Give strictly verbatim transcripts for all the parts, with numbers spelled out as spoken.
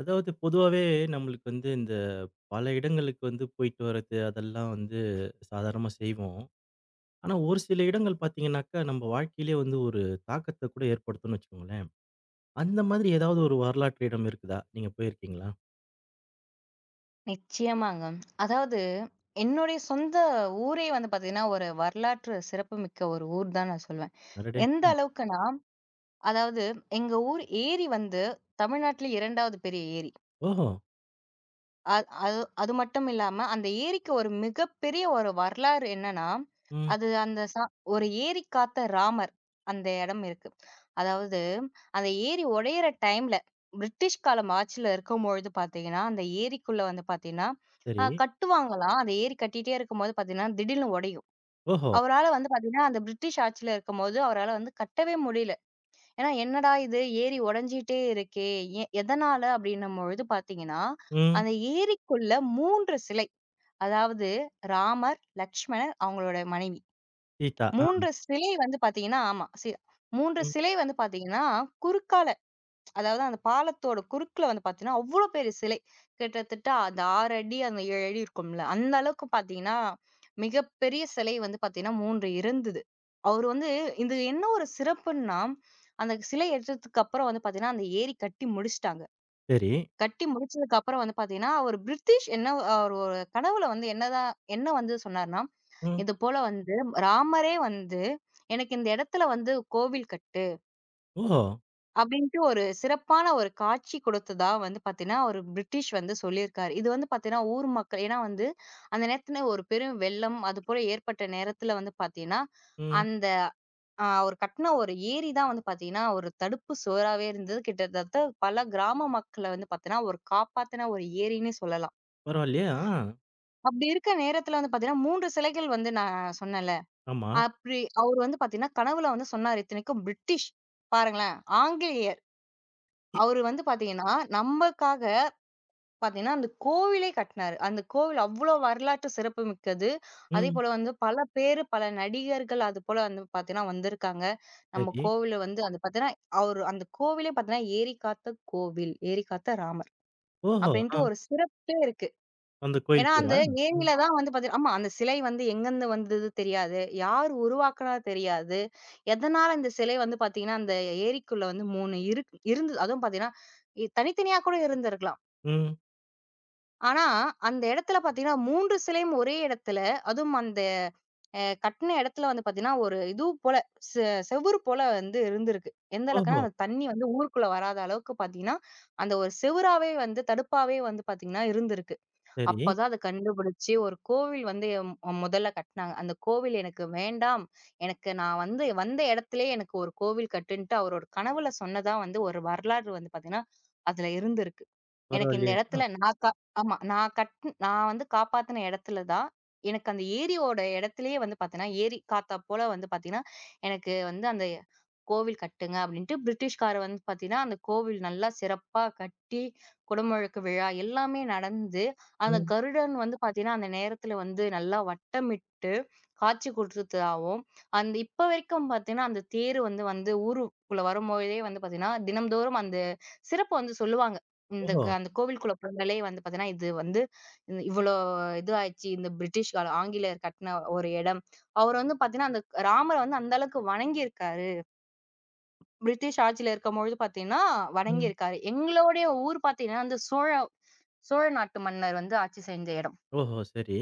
அதாவது பொதுவாவே நம்மளுக்கு வந்து இந்த பல இடங்களுக்கு வந்து போயிட்டு வர்றது, அதெல்லாம் வந்து சாதாரணமா செய்வோம். ஆனா, ஒரு சில இடங்கள் பார்த்தீங்கன்னாக்கா, நம்ம வாழ்க்கையிலே வந்து ஒரு தாக்கத்த கூட ஏற்படுத்தும்னு வச்சுக்கோங்களேன். அந்த மாதிரி ஏதாவது ஒரு வரலாற்று இடம் இருக்குதா? நீங்க போயிருக்கீங்களா? நிச்சயமாங்க. அதாவது என்னுடைய சொந்த ஊரே வந்து பார்த்தீங்கன்னா, ஒரு வரலாற்று சிறப்புமிக்க ஒரு ஊர் தான் நான் சொல்வேன். அடடே! எந்த ஆ. அளவுக்குன்னா, அதாவது எங்க ஊர் ஏரி வந்து தமிழ்நாட்டிலே இரண்டாவது பெரிய ஏரி. ஓஹோ! அ அது அது மட்டும் இல்லாம, அந்த ஏரிக்கு ஒரு மிகப்பெரிய ஒரு வரலாறு என்னன்னா, ம். அது அந்த ச ஒரு ஏரி காத்த ராமர் அந்த இடம் இருக்கு. அதாவது அந்த ஏரி உடையிற டைம்ல, பிரிட்டிஷ் காலம் ஆட்சியில இருக்கும்பொழுது பார்த்தீங்கன்னா, அந்த ஏரிக்குள்ள வந்து பார்த்தீங்கன்னா, அ சரி. கட்டுவாங்களாம். அந்த ஏரி கட்டிட்டே இருக்கும்போது பார்த்தீங்கன்னா, திடீர்னு உடையும். ஓஹோ! அவரால வந்து பார்த்தீங்கன்னா, அந்த பிரிட்டிஷ் ஆட்சியில இருக்கும்போது அவரால வந்து கட்டவே முடியல. ஏன்னா, "என்னடா இது ஏரி உடைஞ்சிட்டே இருக்கே! எ எதனால?" அப்படின்னும் பொழுது பார்த்தீங்கன்னா, ம். அந்த ஏரிக்குள்ள மூன்று சிலை. அதாவது ராமர், லக்ஷ்மணர், அவங்களோட மனைவி. தீட்டா. ஆ. மூன்று சிலை வந்து பார்த்தீங்கன்னா ஆமா. சி மூன்று ம். சிலை வந்து பார்த்தீங்கன்னா, குறுக்கால அதாவது அந்த பாலத்தோட குறுக்குல வந்து பார்த்தீங்கன்னா, அவ்ளோ பெரிய சிலை. கிட்டத்தட்ட அந்த ஆறு அடி, அந்த ஏழு அடி இருக்கும்ல. அந்த அளவுக்கு பார்த்தீங்கன்னா, மிகப்பெரிய சிலை வந்து பார்த்தீங்கன்னா மூன்று இருந்தது. அவரு வந்து இது என்ன ஒரு சிறப்புன்னா, அந்த சிலை எடுத்ததுக்கு அப்புறம் வந்து பார்த்தீங்கன்னா, அந்த ஏரி கட்டி முடிச்சுட்டாங்க. சரி. கட்டி முடிச்சதுக்கு அப்புறம் வந்து பார்த்தீங்கன்னா, ஒரு பிரிட்டிஷ் என்ன அவரு ஒரு கனவுல வந்து என்னதான் என்ன வந்து சொன்னார்ன்னா, ம். இது போல வந்து ராமரே வந்து எனக்கு இந்த இடத்துல வந்து கோவில் கட்டு. ஓஹோ! அப்படின்ட்டு ஒரு சிறப்பான ஒரு காட்சி கொடுத்ததா வந்து பாத்தீங்கன்னா, ஒரு பிரிட்டிஷ் வந்து சொல்லியிருக்காரு. இது வந்து பாத்தீங்கன்னா, ஊர் மக்கள் ஏன்னா வந்து அந்த நேரத்துல ஒரு பெரும் வெள்ளம் அது போல ஏற்பட்ட நேரத்துல வந்து பாத்தீங்கன்னா, ம். அந்த அ அவர் கட்டுன ஒரு ஏரி தான் வந்து பாத்தீங்கன்னா, ஒரு தடுப்பு சுவராவே இருந்தது. கிட்டத்தட்ட பல கிராம மக்கள வந்து பாத்தீங்கன்னா, ஒரு காப்பாத்துன ஒரு ஏரின்னு சொல்லலாம். பரவாயில்லையே! ஆ. அப்படி இருக்க நேரத்துல வந்து பாத்தீங்கன்னா, மூன்று சிலைகள் வந்து நான் சொன்னேன்ல. ஆமா. அப்படி அவரு வந்து பாத்தீங்கன்னா, கனவுல வந்து சொன்னாரு. இத்தனைக்கும் பிரிட்டிஷ் பாருங்களேன், ஆங்கிலேயர். அவரு வந்து பாத்தீங்கன்னா, நம்மக்காக பாத்தீங்கன்னா, அந்த கோவிலே கட்டுனாரு. அந்த கோவில் அவ்ளோ வரலாற்று சிறப்புமிக்கது. ம். அதேபோல வந்து பல பேரு, பல நடிகர்கள் அதுபோல வந்து பாத்தீங்கன்னா வந்திருக்காங்க. நம்ம சரி. கோவில வந்து அது பாத்தீங்கன்னா, அவரு அந்த கோவிலே பாத்தீங்கன்னா, "ஏரி காத்த கோவில், ஏரி காத்த ராமர்" ஓஹோ! அப்படின்ட்டு ஆ. ஒரு சிறப்பே இருக்கு. அந்த கோயில் ஏன்னா, அந்த பேரா? ம். ஏரியில தான் வந்து பாத்தீங்கன்னா ஆமா. அந்த சிலை வந்து எங்கருந்து வந்தது தெரியாது. யார் உருவாக்குனா தெரியாது. எதனால இந்த சிலை வந்து பாத்தீங்கன்னா, அந்த ஏரிக்குள்ள வந்து மூன்று இருக் இருந்தது. அதுவும் பாத்தீங்கன்னா, இ தனித்தனியா கூட இருந்திருக்கலாம். ம். ஆனா, அந்த இடத்துல பாத்தீங்கன்னா, மூன்று சிலையும் ஒரே இடத்துல, அதுவும் அந்த அ கட்டுன இடத்துல வந்து பாத்தீங்கன்னா, ஒரு இது போல செ செவுரு போல வந்து இருந்திருக்கு. எந்த ஓஹோ! அளவுக்குன்னா, அந்த தண்ணி வந்து ஊருக்குள்ள வராத அளவுக்கு பாத்தீங்கன்னா, அந்த ஒரு செவுராவே வந்து தடுப்பாவே வந்து பாத்தீங்கன்னா இருந்திருக்கு. சரி. அப்பதான் அத கண்டுபிடிச்சு ஒரு கோவில் வந்து மொ முதல்ல கட்டுனாங்க. அந்த கோவில் எனக்கு வேண்டாம். எனக்கு நான் வந்து வந்த இடத்திலேயே எனக்கு ஒரு கோவில் கட்டுன்ட்டு அவரோட கனவுல சொன்னதா வந்து ஒரு வரலாறு வந்து பார்த்தீங்கன்னா, அதுல இருந்திருக்கு. எனக்கு இந்த பரவாயில்லையே! ஆ. இடத்துல நான் கா ஆமா. நான் கட் நான் வந்து காப்பாத்துன இடத்துல தான் எனக்கு அந்த ஏரியோட இடத்திலேயே வந்து பார்த்தீங்கன்னா, ஏரி காத்தா போல வந்து பார்த்தீங்கன்னா, எனக்கு வந்து அந்த கோவில் கட்டுங்க அப்படின்ட்டு பிரிட்டிஷ்காரர் வந்து பார்த்தீங்கன்னா, அந்த கோவில் நல்லா சிறப்பா கட்டி, குடமுழுக்கு விழா எல்லாமே நடந்து, அந்த ம். கருடன் வந்து பார்த்தீங்கன்னா, அந்த நேரத்துல வந்து நல்லா வட்டமிட்டு காட்சி குடுத்ததாவும், அந்த இப்ப வரைக்கும் பார்த்தீங்கன்னா, அந்த தேர் வந்து வந்து ஊருக்குள்ள வரும்போதே வந்து பார்த்தீங்கன்னா, தினம்தோறும் அந்த சிறப்ப வந்து சொல்லுவாங்க. இந்த ஓஹோ! க அந்த கோவிலுக்குள்ள போனாலே வந்து பார்த்தீங்கன்னா, இது வந்து இந்த இவ்வளோ இது ஆயிடுச்சு. இந்த பிரிட்டிஷ்கார ஆங்கிலேயர் கட்டின ஒரு இடம். அவர் வந்து பார்த்தீங்கன்னா, அந்த ராமர வந்து அந்த அளவுக்கு வணங்கியிருக்காரு. பிரிட்டிஷ் ஆட்சியில இருக்கும்பொழுது பார்த்தீங்கன்னா, ம். வணங்கியிருக்காரு. எங்களுடைய ஊர் பார்த்தீங்கன்னா, அந்த சோழ சோழ நாட்டு மன்னர் வந்து ஆட்சி செஞ்ச இடம். ஓஹோ! சரி.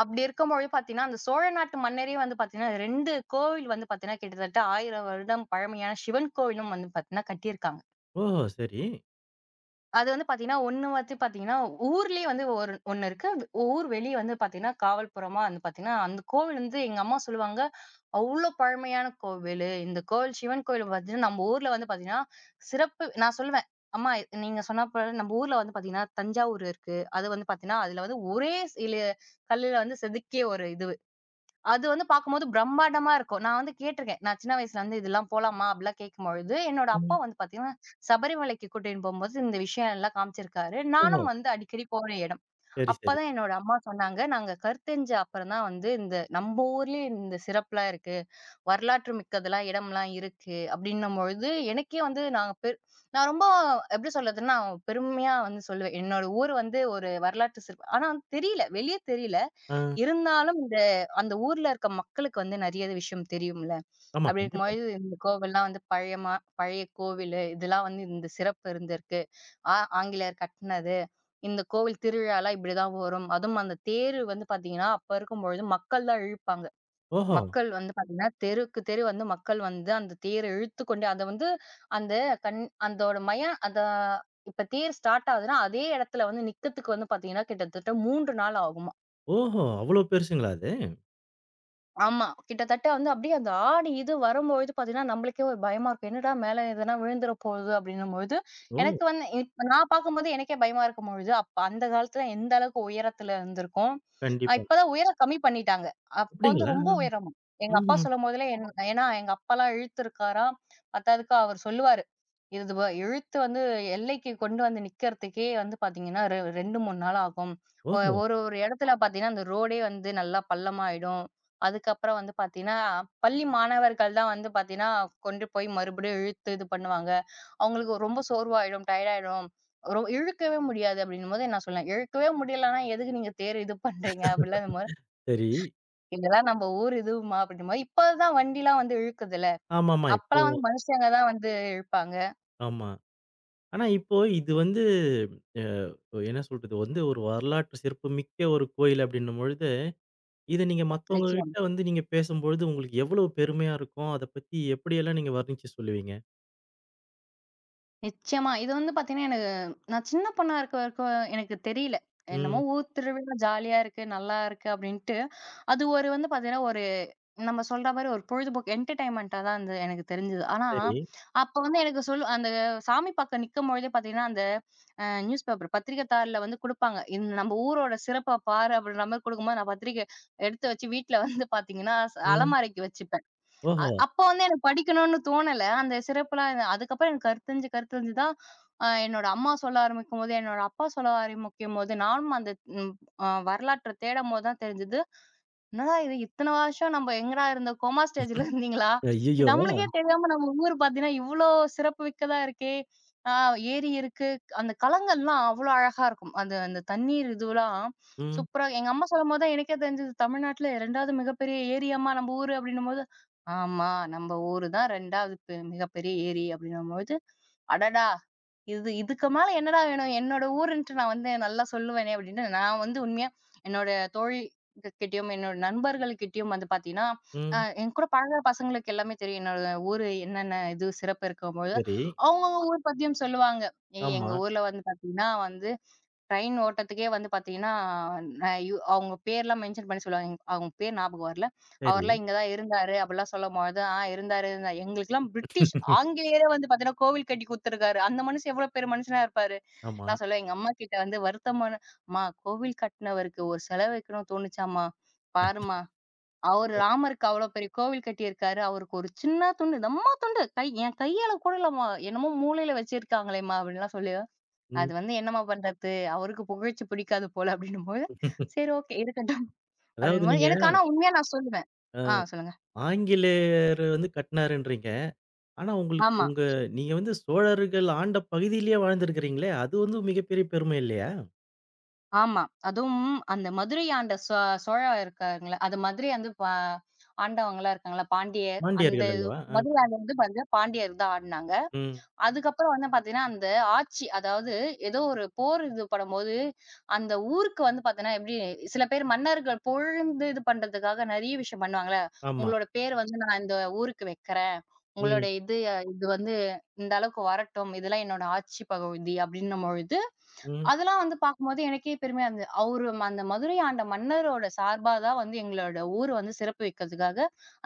அப்படி இருக்கும்பொழுது பார்த்தீங்கன்னா, அந்த சோழ நாட்டு மன்னரே வந்து பார்த்தீங்கன்னா, இரண்டு கோவில் வந்து பார்த்தீங்கன்னா, கிட்டத்தட்ட ஆயிரம் வருடம் பழமையான சிவன் கோவிலும் வந்து பார்த்தீங்கன்னா கட்டியிருக்காங்க. ஓஹோ! சரி. அது வந்து பார்த்தீங்கன்னா, ஒண்ணு வந்து பார்த்தீங்கன்னா, ஊர்லயே வந்து ஒரு ஒண்ணு இருக்கு. ஊர் வெளிய வந்து பார்த்தீங்கன்னா, காவல்புறமா வந்து பார்த்தீங்கன்னா, அந்த கோவில் வந்து எங்க அம்மா சொல்லுவாங்க, "அவ்ளோ பழமையான கோவிலு. இந்த கோவில் சிவன் கோவில் பார்த்தீங்கன்னா, நம்ம ஊர்ல வந்து பார்த்தீங்கன்னா, சிறப்பு" நான் சொல்லுவேன், "அம்மா இ- நீங்க சொன்னா போல நம்ம ஊர்ல வந்து பார்த்தீங்கன்னா, தஞ்சாவூர் இருக்கு. அது வந்து பார்த்தீங்கன்னா, அதுல வந்து ஒரே சில கல்லுல வந்து செதுக்கிய ஒரு இது அது வந்து பார்க்கும்போது பிரம்மாண்டமா இருக்கும். நான் வந்து கேட்டுருக்கேன். நான் சின்ன வயசுல வந்து இதெல்லாம் போலாமா? அப்படிலாம் கேட்கும்பொழுது, என்னோட அப்பா ம். வந்து பார்த்தீங்கன்னா, சபரிமலைக்கு கூட்டின்னு போம்போது இந்த விஷயம் எல்லாம் காமிச்சிருக்காரு. ஓஹோ! நானும் வந்து அடிக்கடி போற இடம். சரி, சரி. அப்பதான் என்னோட அம்மா சொன்னாங்க, "நாங்க கருத்தரிஞ்ச அப்புறம் தான் வந்து இந்த நம்ம ஊர்லயே இந்த சிறப்புலாம் இருக்கு. வரலாற்று மிக்கதெல்லாம் இடம்லாம் இருக்கு." அப்படின்னும் பொழுது, எனக்கே வந்து நான் பெ நான் ரொம்ப எப்படி சொல்றதுன்னா, பெருமையா வந்து சொல்லுவேன். என்னோட ஊர் வந்து ஒரு வரலாற்று சிறப்பு ஆனா வந்து தெரியல. வெளிய தெரியல. ஆ. இருந்தாலும் இந்த அந்த ஊர்ல இருக்க மக்களுக்கு வந்து நெறைய விஷயம் தெரியும்ல. ஆமா, அப்படி கண்டிப்பா. இருக்கும்போது இந்த கோவில்லாம் வந்து பழையமா பழைய கோவிலு. இதெல்லாம் வந்து இந்த சிறப்பு இருந்திருக்கு. ஆ ஆங்கிலேயர் கட்டுனது. இந்த கோவில் திருவிழாலாம் இப்படிதான் வரும். அதுவும் அந்த தேரு வந்து பார்த்தீங்கன்னா, அப்ப இருக்கும்பொழுது மக்கள் தான் இழுப்பாங்க. ஓஹோ! மக்கள் வந்து பார்த்தீங்கன்னா, தெருக்கு தெரு வந்து மக்கள் வந்து அந்த தேர இழுத்துக்கொண்டு அத வந்து அந்த கண் அதோட மயான் அத இப்ப தேர் ஸ்டார்ட் ஆகுதுன்னா, அதே இடத்துல வந்து நிக்கத்துக்கு வந்து பார்த்தீங்கன்னா, கிட்டத்தட்ட மூன்று நாள் ஆகும். ஓஹோ! அவ்ளோ பெருசுங்களா அது? ஆமா. கிட்டத்தட்ட வந்து அப்படியே அந்த ஆடி இது வரும்பொழுது பார்த்தீங்கன்னா, நம்மளுக்கே ஒரு பயமா இருக்கும். என்னடா மேல எதுனா விழுந்துற போகுது அப்படின்னும்பொழுது, ஓ! எனக்கு வந்து இப்ப நான் பார்க்கும்போது எனக்கே பயமா இருக்கும்பொழுது, அப்ப அந்த காலத்துல எந்த அளவுக்கு உயரத்துல இருந்திருக்கும். அ கண்டிப்பா. இப்பதான் உயரம் கம்மி பண்ணிட்டாங்க. அப்ப வந்து அப்படிங்களா? ரொம்ப உயரமா. எங்க அப்பா ம்ஹ்ம். சொல்லும்போதெல்லாம் என் ஏன்னா எங்க அப்பாலாம் இழுத்துருக்காராம். பத்தாததுக்கு அவர் சொல்லுவாரு. இது வ இழுத்து வந்து எல்லைக்கு கொண்டு வந்து நிக்கிறதுக்கே வந்து பார்த்தீங்கன்னா, ரெ இரண்டு, மூன்று நாள் ஆகும். ஒ ஓஹோ! ஒரு ஒரு இடத்துல பார்த்தீங்கன்னா, அந்த ரோடே வந்து நல்லா பள்ளமாயிடும். அதுக்கப்புறம் வந்து பார்த்தீங்கன்னா, பள்ளி மாணவர்கள் தான் வந்து பார்த்தீங்கன்னா, கொண்டு போய் மறுபடியும் இழுத்து இது பண்ணுவாங்க. அவங்களுக்கு ரொம்ப சோர்வாயிடும், டயர்ட் ஆயிடும். ரொ இழுக்கவே முடியாது அப்படின்னும்போது நான் சொல்லுவேன், "இழுக்கவே முடியலன்னா எதுக்கு நீங்க தேர் இது பண்றீங்க?" அப்படிலாம் இதுமாரி, சரி. "இதெல்லாம் நம்ம ஊர் இதுவுமா" அப்படின்னும்போது, இப்போ தான் வண்டிலாம் வந்து இழுக்குதுல்ல. ஆமாமா. இப்போ அப்பலாம் வந்து மனுஷங்க தான் வந்து இழுப்பாங்க. ஆமா. ஆனா இப்போ இது வந்து அ என்ன சொல்றது? வந்து ஒரு வரலாற்று சிறப்புமிக்க ஒரு கோயில் அப்படின்னும் பொழுது, இத நீங்க மத்தவங்க நிச்சயம். கிட்ட வந்து நீங்க பேசும்பொழுது உங்களுக்கு எவ்வளவு பெருமையா இருக்கும்? அத பத்தி எப்படியெல்லாம் நீங்க வர்ணிச்சு சொல்லுவீங்க? நிச்சயமா. இது வந்து பார்த்தீங்கன்னா, எனக்கு நான் சின்ன பொண்ணா இருக்க வரைக்கும் எனக்கு தெரியல. என்னமோ ம். ஊர் திருவிழா ஜாலியா இருக்கு, நல்லா இருக்கு அப்படின்ட்டு, அது ஒரு வந்து பார்த்தீங்கன்னா, ஒரு நம்ம சொல்ற மாரி ஒரு பொழுதுபோக்கு என்டர்டெயின்மெண்ட்டா தான் அது எனக்கு தெரிஞ்சது. ஆனா, சரி. அப்ப வந்து எனக்கு சொல்லு அந்த சாமி பாக்க நிக்கும்பொழுதே பாத்தீங்கன்னா, அந்த அ நியூஸ் பேப்பர் பத்திரிக்கைத்தாள்ல வந்து குடுப்பாங்க. "இந்த நம்ம ஊரோட சிறப்ப பாரு" அப்படின்ற மாரி குடுக்கும்போது, நான் பத்திரிக்கை எடுத்து வச்சு வீட்ல வந்து பாத்தீங்கன்னா, ஸ் ம். அலமாரிக்கு வச்சுப்பேன். அ ஓஹோ! அப்போ வந்து எனக்கு படிக்கணும்னு தோணல. அந்த சிறப்புலாம் இது அதுக்கப்புறம் எனக்கு கருத்தரிஞ்சு கருத்தரிஞ்சு தான் அ என்னோட அம்மா சொல்ல ஆரம்பிக்கும்போது, என்னோட அப்பா சொல்ல ஆரம்பிக்கும்போது, நானும் அந்த ம் அ வரலாற்ற தேடம்போது தான் தெரிஞ்சது. என்னடா இது இத்தன வருஷம் நம்ம எங்கடா இருந்த கோமா ஸ்டேஜ்ல இருந்தீங்களா? ஐயய்யோ! ஆ. நம்மளுக்கே தெரியாம நம்ம ஊர் பார்த்தீங்கன்னா, இவ்ளோ சிறப்பு மிக்கதா இருக்கே! ஆ ஏரி இருக்கு. அந்த கலங்கள்லாம் அவ்ளோ அழகா இருக்கும். அந்த அந்த தண்ணீர் இதுவெல்லாம் ம், சூப்பரா எங்க அம்மா சொல்லும்போது தான் எனக்கே தெரிஞ்சது. தமிழ்நாட்டுல இரண்டாவது மிகப்பெரிய ஏரியாம்மா நம்ம ஊரு அப்டின்னும்போது, ஆமா நம்ம ஊரு தான் இரண்டாவது பெ மிகப்பெரிய ஏரி அப்டின்னும்போது, அடடா! இது இதுக்கு மேல என்னடா வேணும்? என்னோட ஊருன்ட்டு நான் வந்து நல்லா சொல்லுவேனே அப்படின்னு, நான் வந்து உண்மையா என்னோட தோழி கிட்டயும், என்னோட நண்பர்கள்கிட்டயும் வந்து பார்த்தீங்கன்னா, அ ம். என் கூட பழகுற பசங்களுக்கு எல்லாமே தெரியும். என்னோட ஊரு என்னென்ன இது சிறப்பு இருக்கும்பொழுது, சரி. அவங்கவங்க ஊர் பத்தியும் சொல்லுவாங்க. "ஏய் ஆமா. எங்க ஊர்ல வந்து பார்த்தீங்கன்னா வந்து ட்ரெயின் ஓட்டத்துக்கே வந்து பார்த்தீங்கன்னா, நா யு அவங்க பேர்லாம் மென்ஷன் பண்ணி சொல்லுவாங்க. எங்க- அவங்க பேர் ஞாபகம் வரல. சரி. அவர்லாம் இங்க தான் இருந்தாரு அப்படிலாம் சொல்லும்பொழுது, ஆ இருந்தாரு இருந்தா எங்களுக்கெல்லாம் பிரிட்டிஷ் ஆங்கிலேயரே வந்து பார்த்தீங்கன்னா, கோவில் கட்டி குடுத்துருக்காரு. அந்த மனுஷன் எவ்வளோ பெரிய மனுஷனா இருப்பாரு. ஆமா. நான் சொல்லுவேன் எங்க அம்மா கிட்ட வந்து வருத்தமான அம்மா கோவில் கட்டினவருக்கு ஒரு செலை வைக்கணும்னு தோணுச்சாம்மா. பாரும்மா, அவரு ராமருக்கு அவ்வளோ பெரிய கோவில் கட்டியிருக்காரு. அவருக்கு ஒரு சின்ன துண்டு, நம்மா துண்டு கை என் கையளவு கூட இல்லம்மா. என்னமோ மூலையில வச்சிருக்காங்களேம்மா அப்படின்லாம் சொல்லி ம். அது வந்து என்னம்மா பண்றது? அவருக்கு புகழ்ச்சி பிடிக்காது போல அப்டின்னும்போது, சரி ஓகே இருக்கட்டும் அதாவது அப்டின்னும்போது நீங்க எனக்கு ஆனா உண்மையா நான் சொல்லுவேன். அ ஆ சொல்லுங்க. ஆங்கிலேயர் வந்து கட்டினாருன்றீங்க. ஆனா உங்களுக்கு ஆமா, உங்க நீங்க வந்து சோழர்கள் ஆண்ட பகுதியிலேயே வாழ்ந்திருக்கிறீங்களே! அது வந்து மிகப்பெரிய பெருமை இல்லையா? ஆமா. அதுவும் அந்த மதுரை ஆண்ட சோ சோழ இருக்காங்கல்ல, அது மதுரை வந்து ப ஆண்டவங்கலாம் இருக்காங்கல்ல, பாண்டியர் அந்த மாண்டியர்கள் அல்லவா? ஆ. மதுரை ஆண்ட வந்து பாருங்க பாண்டியர் தான் ஆடுனாங்க. ம். அதுக்கப்புறம் வந்து பாத்தீங்கன்னா, அந்த ஆட்சி அதாவது ஏதோ ஒரு போர் இது பண்ணும்போது, அந்த ஊருக்கு வந்து பாத்தீங்கன்னா, எப்படி சில பேர் மன்னர்கள் புகழ்ந்து இது பண்றதுக்காக நெறைய விஷயம் பண்ணுவாங்கல்ல. ஆமா. உங்களோட பேர் வந்து நான் இந்த ஊருக்கு வைக்கிறேன். உங்களோட ம். இது அஹ், இது வந்து இந்த அளவுக்கு வரட்டும். இதெல்லாம் என்னோட ஆட்சி பகுதி அப்டின்னும் பொழுது ம். அதெல்லாம் வந்து பார்க்கும்போது எனக்கே பெருமையா இருந்தது. அவரு ம- அந்த மதுரை ஆண்ட மன்னரோட சார்பா தான் வந்து எங்களோட ஊர் வந்து சிறப்பு வைக்கிறதுக்காக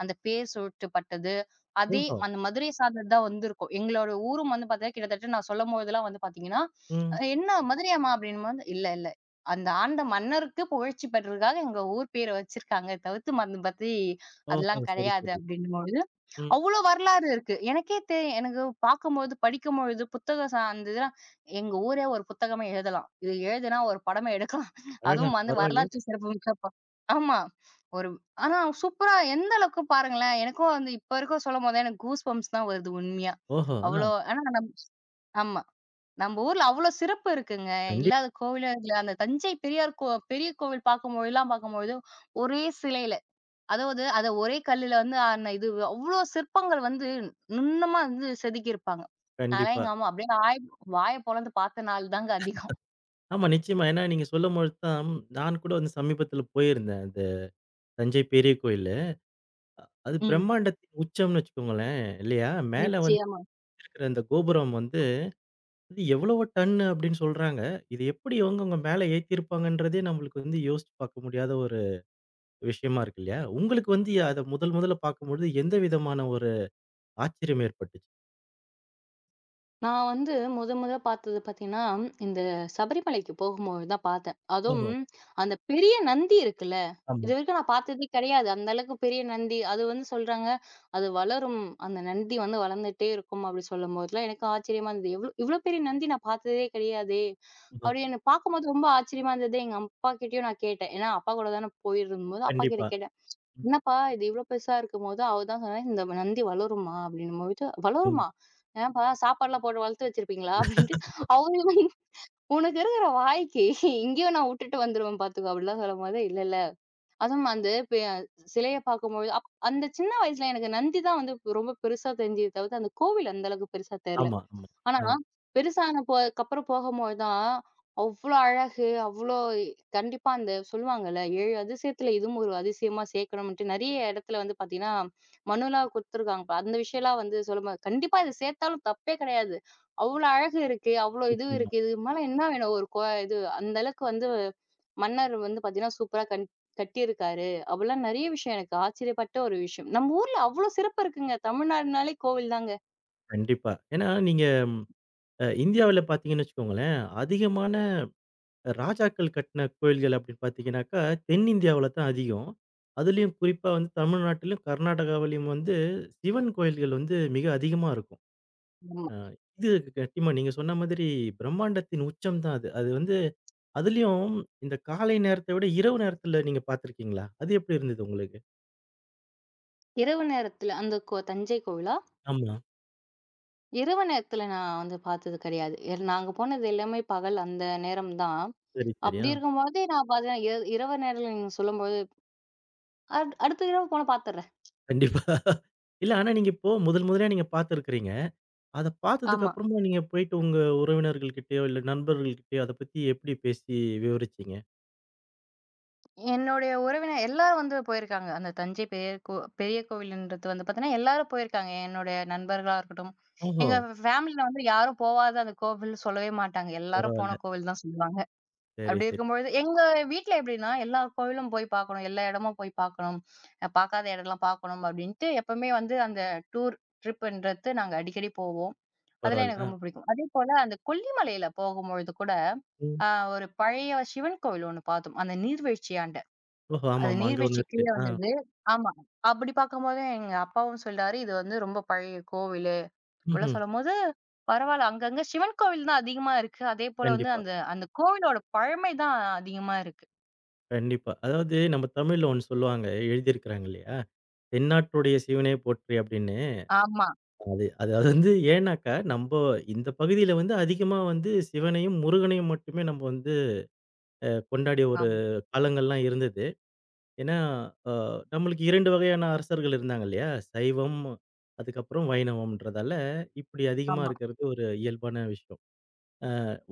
அந்த பேர் சூட்டப்பட்டது. அதே ஓஹோ! அந்த மதுரை சார்ந்தது தான் வந்திருக்கும். எங்களோட ஊரும் வந்து பார்த்தீங்கன்னா, கிட்டத்தட்ட நான் சொல்லும்போதெல்லாம் வந்து பார்த்தீங்கன்னா, ம். அஹ் "என்ன மதுரையாம்மா?" அப்படின்னும்போது, "இல்ல, இல்ல. அந்த ஆண்ட மன்னருக்கு புகழ்ச்சி பெற்றதுக்காக எங்க ஊர் பேர வச்சிருக்காங்க. தவிர்த்து மத்த பத்தி ஓஹோ! அதெல்லாம் சரி, கிடையாது." சரி. அப்படின்னும்போது ம். அவ்ளோ வரலாறு இருக்கு. எனக்கே தெ எனக்கு பார்க்கும்போது, படிக்கும்பொழுது புத்தகம் சார்ந்து தான் எங்க ஊரே ஒரு புத்தகமா எழுதலாம். இது எழுதுனா ஒரு படமே எடுக்கலாம். அடடா! அதுவும் வந்து பரவாயில்லையே! வரலாற்று சிறப்புமிக்க ப ஆமா. ஒரு ஆனா சூப்பரா எந்த அளவுக்கு பாருங்களேன், எனக்கும் வந்து இப்ப வரைக்கும் சொல்லும்போது எனக்கு கூஸ் பம்ப்ஸ் தான் வருது உண்மையா. ஓஹோ! ஆ. அவ்ளோ ஆனா நம் ஆமா. நம்ம ஊர்ல அவ்ளோ சிறப்பு இருக்குங்க. கண்டிப் இல்லாத கோவிலே இல்ல. அந்த தஞ்சை பெரியார் கோ பெரிய கோவில் பார்க்கும்பொழுதெல்லாம் பார்க்கும்பொழுது, ஒரே சிலையில அதாவது அத ஒரே கல்லுல வந்து ஆன இது அவ்ளோ சிற்பங்கள் வந்து நுண்ணுமா வந்து செதுக்கியிருப்பாங்க. அதெல்லாம் கண்டிப்பா. எங்க அம்மா அப்படியே வாய் வாய பொளந்து பார்த்த நாள் தாங்க அதிகம். ஆமா நிச்சயமா. ஏன்னா நீங்க சொல்லும்பொழுது தான் நான் கூட வந்து சமீபத்தில போயிருந்தேன். அந்த தஞ்சை பெரிய கோயில். அது ம். பிரம்மாண்டத்தின் உச்சம்னு வச்சுக்கோங்களேன். இல்லையா? மேல வந்து நிச்சயமா. இருக்கிற அந்த கோபுரம் வந்து அது எவ்வளவோ டன்னு அப்படின்னு சொல்றாங்க. இது எப்படி இவங்கவங்க மேல ஏத்தியிருப்பாங்கன்றதே நம்மளுக்கு வந்து யோசிச்சு பார்க்க முடியாத ஒரு விஷயமா இருக்கு இல்லையா? உங்களுக்கு வந்து அத முதல் முதல்ல பார்க்கும்பொழுது எந்த விதமான ஒரு ஆச்சரியம் ஏற்பட்டுச்சு? நான் வந்து முத முத பார்த்தது பார்த்தீங்கன்னா, இந்த சபரிமலைக்கு போகும்போது தான் பார்த்தேன். அதுவும் ஓஹோ! அந்த பெரிய நந்தி இருக்குல்ல, ஆமா. இதுவரைக்கும் நான் பார்த்ததே கிடையாது. அந்த அளவுக்கு பெரிய நந்தி. அது வந்து சொல்றாங்க, அது வளரும். அந்த நந்தி வந்து வளர்ந்துட்டே இருக்கும் அப்படி சொல்லும்போதெல்லாம் எனக்கு ஆச்சரியமா இருந்தது. எவ்ளோ இவ்ளோ பெரிய நந்தி நான் பார்த்ததே கிடையாதே! ஓ! அப்படி என்ன பார்க்கும்போது ரொம்ப ஆச்சரியமா இருந்தது. எங்க அப்பா கிட்டயும் நான் கேட்டேன். ஏன்னா அப்பா கூட தானே போயிருந்தபோது அப்பா கிட்ட கண்டிப்பா. கேட்டேன். ம். என்னப்பா இது இவ்ளோ பெருசா இருக்கும்போது, அவ தான் சொன்னா, "இந்த நந்தி வளருமா?" அப்படின்னும்போது, ம். "வளருமா? ஏன்பா சாப்பாடுலாம் போட்டு வளர்த்து வச்சிருப்பீங்களா?" அப்படின்ட்டு அவங்களுமே "உனக்கு இருக்கிற வாய்க்கு இங்கேயும் நான் உட்டுட்டு வந்துருவேன் பாத்துக்கோ" அப்படிலாம் சொல்லும்போது, "இல்ல, இல்ல." அதுவும் அந்த பெ சிலைய பாக்கும்பொழுது அப் அந்த சின்ன வயசுல எனக்கு நந்தி தான் வந்து ரொம்ப பெருசா தெரிஞ்சதே தவிர்த்து, அந்த கோவில் அந்த அளவுக்கு பெருசா தெரியல. ஆமா, ஆமா. ஆனா, ஆ. பெருசான போதுக்கு அப்புறம் போகும்போது தான், அவ்ளோ அழகு, அவ்ளோ கண்டிப்பா அந்த சொல்லுவாங்கல்ல, ஏழு அதிசயத்துல இதுவும் ஒரு அதிசயமா சேர்க்கணும்ன்ட்டு நெறைய இடத்துல வந்து பார்த்தீங்கன்னா, மனுலாம் குடுத்துருக்காங்க. அந்த விஷயம்லாம் வந்து சொல்லும்போது, கண்டிப்பா இத சேர்த்தாலும் தப்பே கெடையாது. அவ்ளோ அழகு இருக்கு, அவ்ளோ இது நிச்சயமா. இருக்கு. இதுக்கு மேல என்ன வேணும்? ஒரு கோ இது அந்த அளவுக்கு வந்து மன்னர் வந்து பார்த்தீங்கன்னா, சூப்பரா கண் கட்டியிருக்காரு. அப்பலாம் நெறைய விஷயம் எனக்கு ஆச்சரியப்பட்ட ஒரு விஷயம். நம்ம ஊர்ல அவ்ளோ சிறப்பு இருக்குங்க. தமிழ்நாடுனாலே கோவில் தாங்க. கண்டிப்பா. ஏன்னா நீங்க ம், அ இந்தியாவுல பார்த்தீங்கன்னு வச்சுக்கோங்களேன், அதிகமான ராஜாக்கள் கட்டின கோயில்கள் அப்படின்னு பார்த்தீங்கன்னாக்கா, தென்னிந்தியாவுல தான் அதிகம். அதுலயும் குறிப்பா வந்து தமிழ்நாட்டிலும், கர்நாடகாவிலும் வந்து சிவன் கோயில்கள் வந்து மிக அதிகமா இருக்கும். அ இது கண்டிப்பா நீங்க சொன்ன மாதிரி பிரம்மாண்டத்தின் உச்சம் தான் அது. அது வந்து அதுலயும் இந்த காலை நேரத்த விட இரவு நேரத்துல நீங்க பார்த்துருக்கீங்களா? அது எப்படி இருந்தது உங்களுக்கு? இரவு நேரத்துல அந்த கோ தஞ்சை கோவிலா? ஆமா. இரவு நேரத்துல நான் வந்து பார்த்தது கிடையாது. எல் நாங்க போனது எல்லாமே பகல் அந்த நேரம் தான். சரி, சரி. அப்படி ஆ. இருக்கும்போது நான் பார்த்தேன் இர இரவு நேரத்துல நீங்க சொல்லும்போது அடு அடுத்த இரவு போனா பார்த்துடுறேன். கண்டிப்பா. இல்ல ஆனா நீங்க இப்போ முதல் முதலியா நீங்க பார்த்துருக்கிறீங்க. அத பார்த்ததுக்கு ஆமா. அப்புறமா நீங்க போயிட்டு உங்க உறவினர்கள் கிட்டயோ, இல்ல நண்பர்கள் கிட்டயோ அத பத்தி எப்படி பேசி விவரிச்சீங்க? என்னுடைய உறவினர் எல்லாரும் வந்து போயிருக்காங்க. அந்த தஞ்சை பெரிய கோ பெரிய கோவில்ன்றது வந்து பார்த்தீங்கன்னா, எல்லாரும் போயிருக்காங்க. என்னுடைய நண்பர்களா இருக்கட்டும், ஓஹோ! எங்க ஃபேமிலில வந்து யாரும் போவாத அந்த கோவில் சொல்லவே மாட்டாங்க. எல்லாரும் பரவால்ல. போன கோவில் தான் சொல்லுவாங்க. சரி, அப்படி சரி. இருக்கும்பொழுது எங்க வீட்ல எப்படின்னா, எல்லா கோவிலும் போய் பார்க்கணும். எல்லா இடமும் போய் பார்க்கணும். அ பார்க்காத இடம்லாம் பார்க்கணும் அப்படின்ட்டு எப்பவுமே வந்து அந்த டூர் ட்ரிப்ன்றது நாங்க அடிக்கடி போவோம். அதெல்லாம் பரவால்ல. எனக்கு ஆ. ரொம்ப பிடிக்கும். அதேபோல அந்த கொல்லிமலையில போகும்பொழுது கூட, ம். அ ஒரு பழைய சிவன் கோவில் ஒண்ணு பார்த்தோம். அந்த நீர்வீழ்ச்சியாண்ட. ஓஹோ! அது ஆமாமா. அங்க ஒண்ணு நீர்வீழ்ச்சி இருக்கு. கீழ ஆ. வந்தது. ஆமா. அப்படி பார்க்கும்போது எங்க அப்பாவும் சொல்றாரு, "இது வந்து ரொம்ப பழைய கோவிலு." இப்படிலாம் ம்ஹ்ம். சொல்லும்போது, பரவால்ல. அங்கங்க சிவன் கோவில் தான் அதிகமா இருக்கு. அதேபோல வந்து கண்டிப்பா, அந்த அந்த கோவிலோட பழமை தான் அதிகமா இருக்கு. கண்டிப்பா. அதாவது நம்ம தமிழ்ல ஒண்ணு சொல்லுவாங்க. எழுதியிருக்கிறாங்க இல்லையா? "தென்னாட்டுடைய சிவனே போற்றி" அப்படின்னு. ஆமா, அது அது அது வந்து ஏன்னாக்கா, நம்ப இந்த பகுதியில வந்து அதிகமா வந்து சிவனையும், முருகனையும் மட்டுமே நம்ம வந்து அ கொண்டாடிய ஒரு ஆமா, காலங்கள்லாம் இருந்தது. ஏன்னா, அ நம்மளுக்கு இரண்டு வகையான அரசர்கள் இருந்தாங்க இல்லையா? சைவம், அதுக்கப்புறம் வைணவம்ன்றதால, இப்படி அதிகமா ஆமா. இருக்கிறது ஒரு இயல்பான விஷயம்.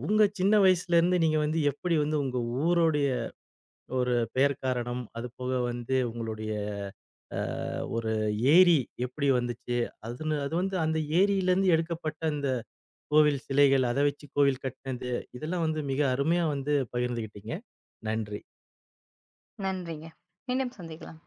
உங்க சின்ன வயசுலேருந்து நீங்க வந்து எப்படி வந்து உங்க ஊருடைய ஒரு பெயர் காரணம், அதுபோக வந்து உங்களுடைய அ ஒரு ஏரி எப்படி வந்துச்சு? அதுன்னு அது வந்து அந்த ஏரியிலேருந்து எடுக்கப்பட்ட அந்த கோவில் சிலைகள், அத வச்சு கோவில் கட்டினது, இதெல்லாம் வந்து மிக அருமையா வந்து பகிர்ந்துகிட்டீங்க. நன்றி. நன்றிங்க. மீண்டும் சந்திக்கலாம்.